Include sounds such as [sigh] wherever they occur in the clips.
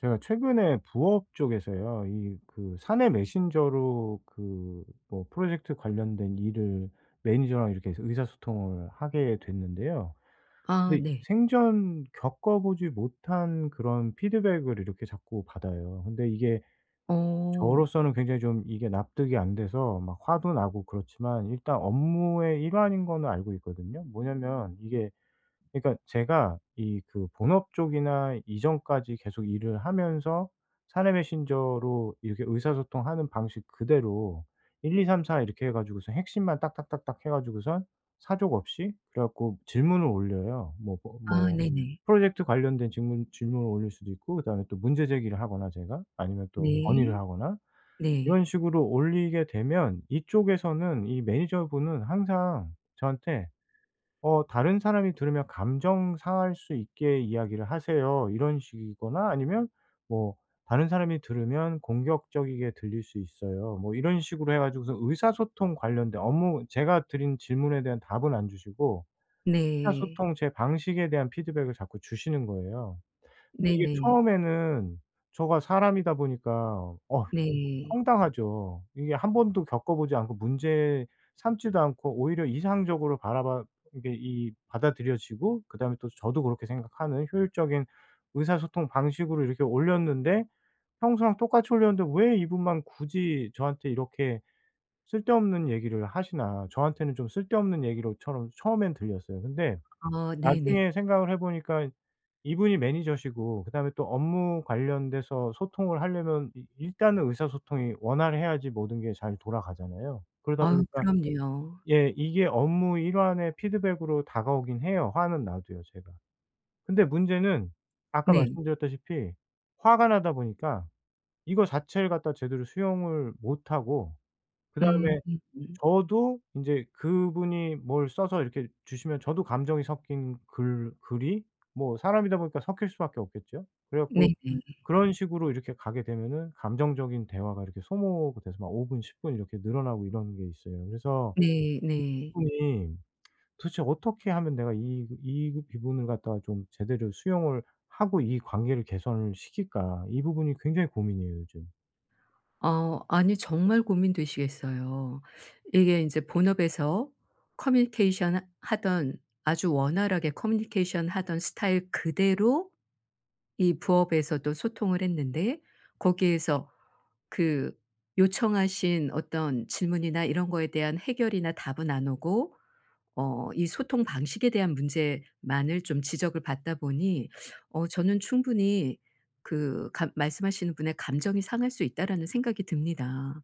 제가 최근에 부업 쪽에서요. 이 그 사내 메신저로 그 뭐 프로젝트 관련된 일을 매니저랑 이렇게 해서 의사소통을 하게 됐는데요. 아 근데 네. 생전 겪어보지 못한 그런 피드백을 이렇게 자꾸 받아요. 근데 이게 어. 저로서는 굉장히 좀 이게 납득이 안 돼서 막 화도 나고 그렇지만 일단 업무의 일환인 거는 알고 있거든요. 뭐냐면 이게 그러니까 제가 이 그 본업 쪽이나 이전까지 계속 일을 하면서 사내 메신저로 이렇게 의사소통하는 방식 그대로 1, 2, 3, 4 이렇게 해 가지고서 핵심만 딱딱딱딱 해 가지고선 사족 없이 그래 갖고 질문을 올려요. 뭐 뭐 아 뭐 네네. 프로젝트 관련된 질문을 올릴 수도 있고 그다음에 또 문제 제기를 하거나 제가 아니면 또 건의를 네. 하거나 네. 이런 식으로 올리게 되면 이쪽에서는 이 매니저분은 항상 저한테 "다른 사람이 들으면 감정 상할 수 있게 이야기를 하세요." 이런 식이거나 아니면 뭐 "다른 사람이 들으면 공격적이게 들릴 수 있어요." 뭐 이런 식으로 해 가지고서 의사소통 관련된 업무 제가 드린 질문에 대한 답은 안 주시고 네. 의사소통 제 방식에 대한 피드백을 자꾸 주시는 거예요. 근데 이게 네네. 처음에는 저가 사람이다 보니까 어 네. 황당하죠. 이게 한 번도 겪어보지 않고 문제 삼지도 않고 오히려 이상적으로 바라봐 이게 이 받아들여지고 그다음에 또 저도 그렇게 생각하는 효율적인 의사소통 방식으로 이렇게 올렸는데 평소랑 똑같이 올렸는데 '왜 이분만 굳이 저한테 이렇게 쓸데없는 얘기를 하시나.' 저한테는 좀 쓸데없는 얘기로 처럼 처음엔 들렸어요. 근데 아 네네. 나중에 생각을 해 보니까 이분이 매니저시고 그다음에 또 업무 관련돼서 소통을 하려면 이 일단은 의사소통이 원활해야지 모든 게 잘 돌아가잖아요. 그러다 아유, 보니까 그럼요. 예 이게 업무 일환의 피드백으로 다가오긴 해요, 화는 나도요, 제가. 근데 문제는 아까 네. 말씀드렸다시피 화가 나다 보니까 이거 자체를 갖다 제대로 수용을 못하고 음. 그다음에 저도 인제 그분이 뭘 써서 이렇게 주시면 저도 감정이 섞인 글 글이 뭐 사람이다 보니까 섞일 수밖에 없겠죠. 그래 갖고 네네. 그런 식으로 이렇게 가게 되면은 감정적인 대화가 이렇게 소모가 돼서 막 5분 분, 10분 이렇게 늘어나고 이런 게 있어요. 그래서 네 네. 그분이 도대체 어떻게 하면 내가 이이 그 부분을 갖다가 좀 제대로 수용을 하고 이 관계를 개선을 시킬까? 이 부분이 굉장히 고민이에요 요즘. 어, 아니, 정말 고민되시겠어요. 이게 인제 본업에서 커뮤니케이션 하 하던, 아주 원활하게 커뮤니케이션 하던 스타일 그대로 이 부업에서도 소통을 했는데, 거기에서 그 요청하신 어떤 질문이나 이런 거에 대한 해결이나 답은 안 오고 어 이 소통 방식에 대한 문제만을 좀 지적을 받다 보니 어 저는 충분히 그 감 말씀하시는 분의 감정이 상할 수 있다라는 생각이 듭니다.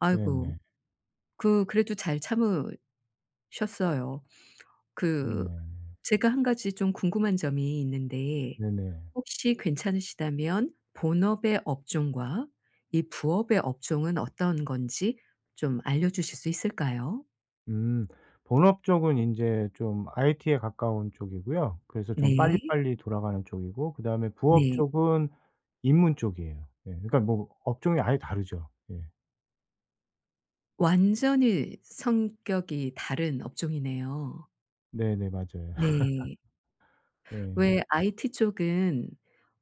아이고. 네네. 그 그래도 잘 참으셨어요. 그 네. 제가 한 가지 좀 궁금한 점이 있는데, 네네. 혹시 괜찮으시다면 본업의 업종과 이 부업의 업종은 어떤 건지 좀 알려주실 수 있을까요? 음. 본업 쪽은 이제좀 IT에 가까운 쪽이고요. 그래서 좀 네. 빨리빨리 돌아가는 쪽이고 그다음에 부업 네. 쪽은 입문 쪽이에요. 예. 그러니까 뭐 업종이 아예 다르죠. 예. 완전히 성격이 다른 업종이네요. 네네. 맞아요. [laughs] 네. 예. 왜 IT 쪽은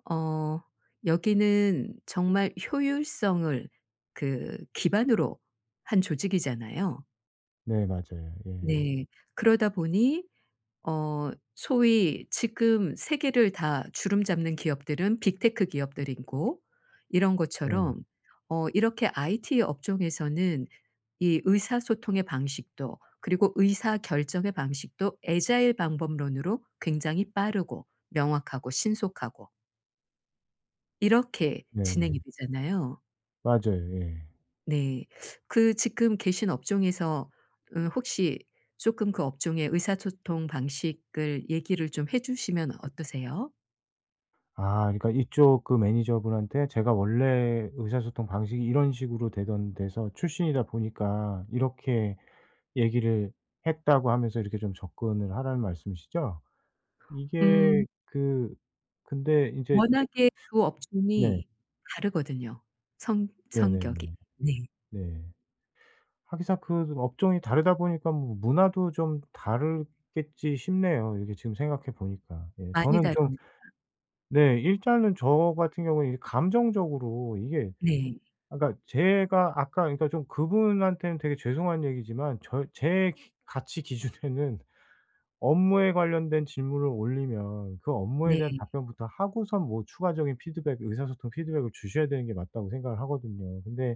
어 여기는 정말 효율성을 그 기반으로 한 조직이잖아요. 네 맞아요. 예. 네. 그러다 보니 어 소위 지금 세계를 다 주름 잡는 기업들은 빅테크 기업들이고 이런 네. 것처럼 어 이렇게 IT 업종에서는 이 의사소통의 방식도 그리고 의사결정의 방식도 애자일 방법론으로 굉장히 빠르고 명확하고 신속하고 이렇게 진행이 네네. 되잖아요. 맞아요. 예. 네. 그 지금 계신 업종에서 혹시 조금 그 업종의 의사소통 방식을 얘기를 좀 해 주시면 어떠세요? 아 그러니까 이쪽 그 매니저분한테 제가 원래 의사소통 방식이 이런 식으로 되던 데서 출신이다 보니까 이렇게 얘기를 했다고 하면서 이렇게 좀 접근을 하라는 말씀이시죠? 이게 음 그 근데 인제 워낙에 두 네. 업종이 다르거든요, 성 성격이. 네네네. 네. 네. 하기사 그 업종이 다르다 보니까 뭐 문화도 좀 다르겠지 싶네요, 이렇게 지금 생각해 보니까. 예. 많이 저는 좀 다릅니다. 네 일단은 저 같은 경우는 이 감정적으로 이게 네. 아 그러니까 제가 아까 그러니까 좀 그분한테는 되게 죄송한 얘기지만 저 제 기 가치 기준에는 업무에 관련된 질문을 올리면 그 업무에 네. 대한 답변부터 하고선 뭐 추가적인 피드백, 의사소통 피드백을 주셔야 되는 게 맞다고 생각을 하거든요. 근데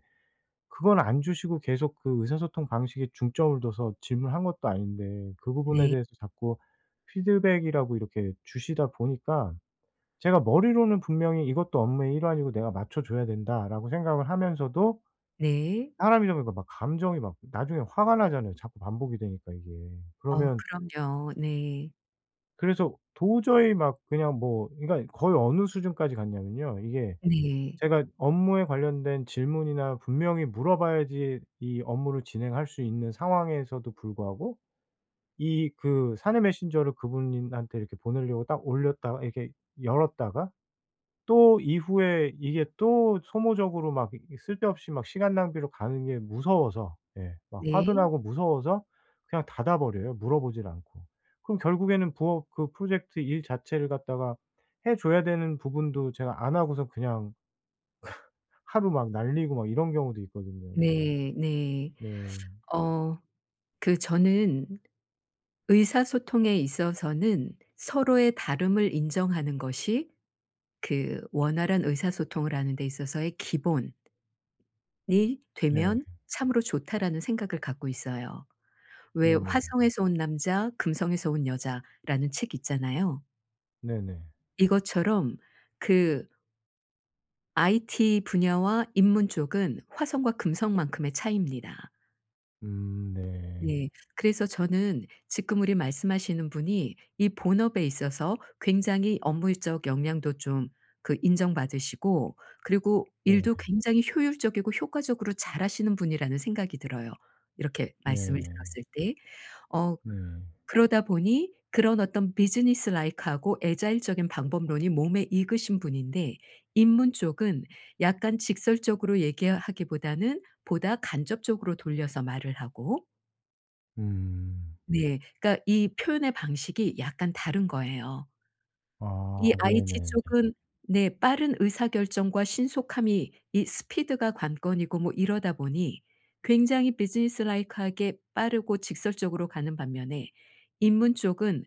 그건 안 주시고 계속 그 의사소통 방식에 중점을 둬서 질문한 것도 아닌데 그 부분에 네. 대해서 자꾸 피드백이라고 이렇게 주시다 보니까 제가 머리로는 분명히 '이것도 업무의 일환이고 내가 맞춰 줘야 된다.'라고 생각을 하면서도 네. 사람이다 보니까 막 감정이 막 나중에 화가 나잖아요 자꾸 반복이 되니까 이게. 어우, 그러면 그럼요. 네. 그래서 도저히 막 그냥 뭐 그러니까 거의 어느 수준까지 갔냐면요. 이게 네. 제가 업무에 관련된 질문이나 분명히 물어봐야지 이 업무를 진행할 수 있는 상황에서도 불구하고 이 그 사내 메신저를 그분한테 이렇게 보내려고 딱 올렸다가 이렇게 열었다가 또 이후에 이게 또 소모적으로 막 이 쓸데없이 막 시간 낭비로 가는 게 무서워서 예 막 화도 네. 나고 무서워서 그냥 닫아 버려요 물어보질 않고. 그럼 결국에는 부업 그 프로젝트 일 자체를 갖다가 해 줘야 되는 부분도 제가 안 하고서 그냥 하루 막 날리고 막 이런 경우도 있거든요. 네. 네. 네. 어 그 저는 의사소통에 있어서는 서로의 다름을 인정하는 것이 그 원활한 의사소통을 하는 데 있어서의 기본이 네. 되면 참으로 좋다라는 생각을 갖고 있어요. 왜 네네. 화성에서 온 남자, 금성에서 온 여자라는 책 있잖아요. 네네. 이것처럼 그 IT 분야와 인문 쪽은 화성과 금성만큼의 차이입니다. 네. 네. 그래서 저는 지금 우리 말씀하시는 분이 이 본업에 있어서 굉장히 업무적 역량도 좀 그 인정받으시고 그리고 일도 네. 굉장히 효율적이고 효과적으로 잘하시는 분이라는 생각이 들어요, 이렇게 말씀을 네. 들었을 때. 어 네. 그러다 보니 그런 어떤 비즈니스 라이크하고 애자일적인 방법론이 몸에 익으신 분인데 입문 쪽은 약간 직설적으로 얘기하기보다는 보다 간접적으로 돌려서 말을 하고. 음. 네. 그러니까 이 표현의 방식이 약간 다른 거예요. 아 이 IT 네네네. 쪽은 네 빠른 의사결정과 신속함이 이 스피드가 관건이고 뭐 이러다 보니 굉장히 비즈니스 라이크하게 빠르고 직설적으로 가는 반면에 입문 쪽은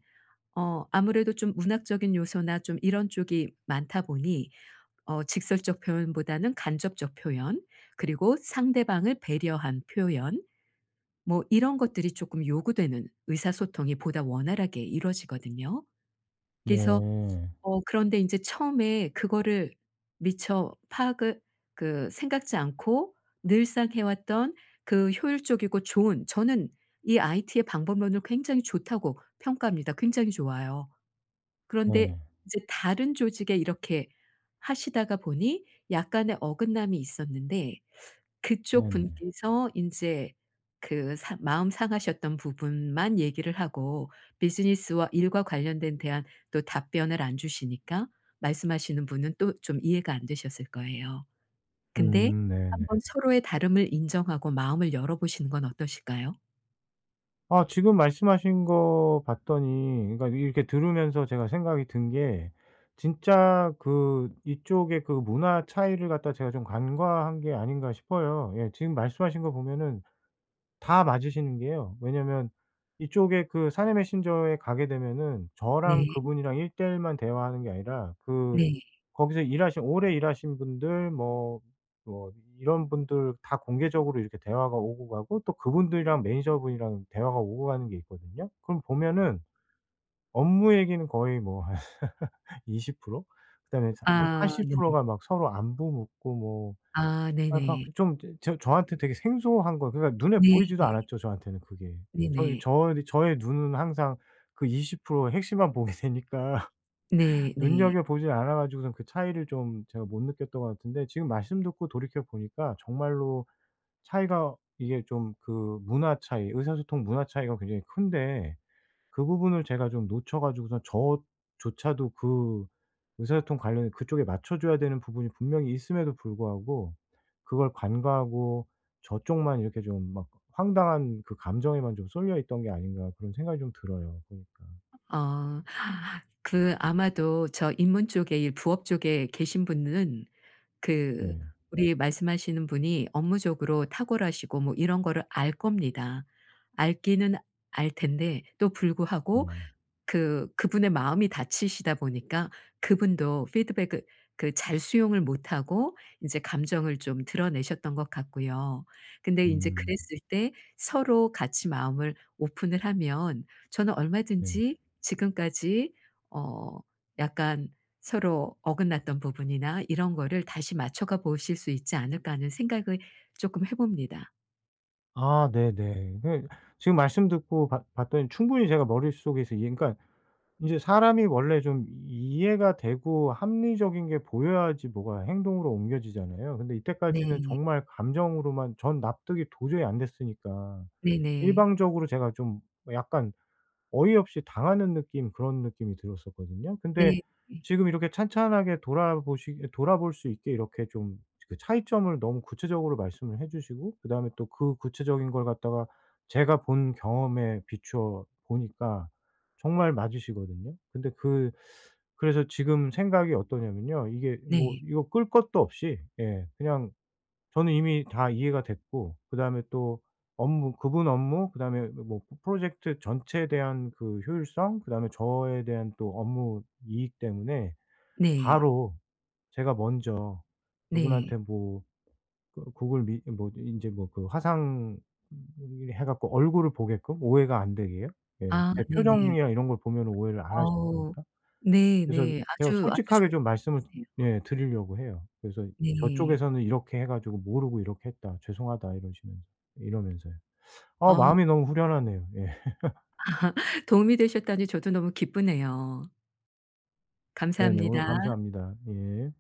어 아무래도 좀 문학적인 요소나 좀 이런 쪽이 많다 보니 어 직설적 표현보다는 간접적 표현 그리고 상대방을 배려한 표현 뭐 이런 것들이 조금 요구되는 의사소통이 보다 원활하게 이루어지거든요. 그래서 네. 어 그런데 이제 처음에 그거를 미처 파악을 그 생각지 않고 늘상 해 왔던 그 효율적이고 좋은 저는 이 IT의 방법론을 굉장히 좋다고 평가합니다. 굉장히 좋아요. 그런데 네. 이제 다른 조직에 이렇게 하시다가 보니 약간의 어긋남이 있었는데 그쪽 네네. 분께서 인제 그 사 마음 상하셨던 부분만 얘기를 하고 비즈니스와 일과 관련된 대한 또 답변을 안 주시니까 말씀하시는 분은 또 좀 이해가 안 되셨을 거예요. 근데 네네. 한번 서로의 다름을 인정하고 마음을 열어 보시는 건 어떠실까요? 아 지금 말씀하신 거 봤더니 그러니까 이렇게 들으면서 제가 생각이 든 게 진짜 그 이쪽의 그 문화 차이를 갖다 제가 좀 간과한 게 아닌가 싶어요. 예 지금 말씀하신 거 보면은 다 맞으시는 게요. 왜냐면 이쪽에 그 사내 메신저에 가게 되면은 저랑 네. 그분이랑 1대1만 대화하는 게 아니라 그 네. 거기서 일하신 오래 일하신 분들 뭐 뭐 이런 분들 다 공개적으로 이렇게 대화가 오고 가고 또 그분들이랑 매니저분이랑 대화가 오고 가는 게 있거든요. 그럼 보면은 업무 얘기는 거의 뭐 [laughs] 한 20% 그다음에 한아 80% 네. 가 막 서로 안부 묻고 뭐 아 약간 네네. 좀 저한테 되게 생소한 거 그러니까 눈에 네. 보이지도 않았죠, 저한테는 그게. 저 네네. 저 저의 눈은 항상 그 20% 핵심만 보게 되니까 네 네. 눈여겨보지 않아 가지고선 그 차이를 좀 제가 못 느꼈던 것 같은데 지금 말씀 듣고 돌이켜 보니까 정말로 차이가 이게 좀 그 문화 차이, 의사소통 문화 차이가 굉장히 큰데 그 부분을 제가 좀 놓쳐 가지고선 저조차도 그 의사소통 관련 그쪽에 맞춰 줘야 되는 부분이 분명히 있음에도 불구하고 그걸 간과하고 저쪽만 이렇게 좀 막 황당한 그 감정에만 좀 쏠려 있던 게 아닌가 그런 생각이 좀 들어요 보니까. 어 [gasps] 그 아마도 저 인문 쪽에 일 부업 쪽에 계신 분은 그 네. 네. 우리 말씀하시는 분이 업무적으로 탁월하시고 뭐 이런 거를 알 겁니다. 알기는 알 텐데 또 불구하고 음. 그 그분의 마음이 다치시다 보니까 그분도 피드백을 그 잘 수용을 못하고 인제 감정을 좀 드러내셨던 것 같고요. 근데 인제 음. 그랬을 때 서로 같이 마음을 오픈을 하면 저는 네. 얼마든지 지금까지 어 약간 서로 어긋났던 부분이나 이런 거를 다시 맞춰가 보실 수 있지 않을까 하는 생각을 쪼끔 해 봅니다. 아 네네. 그 지금 말씀 듣고 봤 봤더니 충분히 제가 머릿속에서 이해 그러니까 이제 사람이 원래 좀 이해가 되고 합리적인 게 보여야지 뭐가 행동으로 옮겨지잖아요. 근데 이때까지는 네. 정말 감정으로만 전 납득이 도저히 안 됐으니까 네네. 일방적으로 제가 좀 약간 어이없이 당하는 느낌 그런 느낌이 들었었거든요. 근데 네. 네. 지금 이렇게 찬찬하게 돌아보시 돌아볼 수 있게 이렇게 좀 그 차이점을 너무 구체적으로 말씀을 해 주시고 그다음에 또 그 구체적인 걸 갖다가 제가 본 경험에 비추어 보니까 정말 맞으시거든요. 근데 그 그래서 지금 생각이 어떠냐면요. 이게 뭐 네. 이거 끌 것도 없이 예 그냥 저는 이미 다 이해가 됐고 그다음에 또 업무 그분 업무 그다음에 뭐 프로젝트 전체에 대한 그 효율성 그다음에 저에 대한 또 업무 이익 때문에 네. 바로 제가 먼저 네. 그분한테 뭐 그 구글 미 뭐 이제 뭐 그 화상 해 갖고 얼굴을 보게끔 오해가 안 되게요. 예. 아 제 네네. 표정이나 이런 걸 보면 오해를 안 하실 어우. 거니까. 그래서 네네. 제가 아주, 아주 솔직하게 좋은 좀 말씀을 방법이세요. 예 드리려고 해요. 그래서 네. 저쪽에서는 "이렇게 해 가지고 모르고 이렇게 했다. 죄송하다." 이러시면서 이러면서요. 아 아 마음이 너무 후련하네요. 예. [laughs] 도움이 되셨다니 저도 너무 기쁘네요. 네네. 오늘 감사합니다. 감사합니다. 예.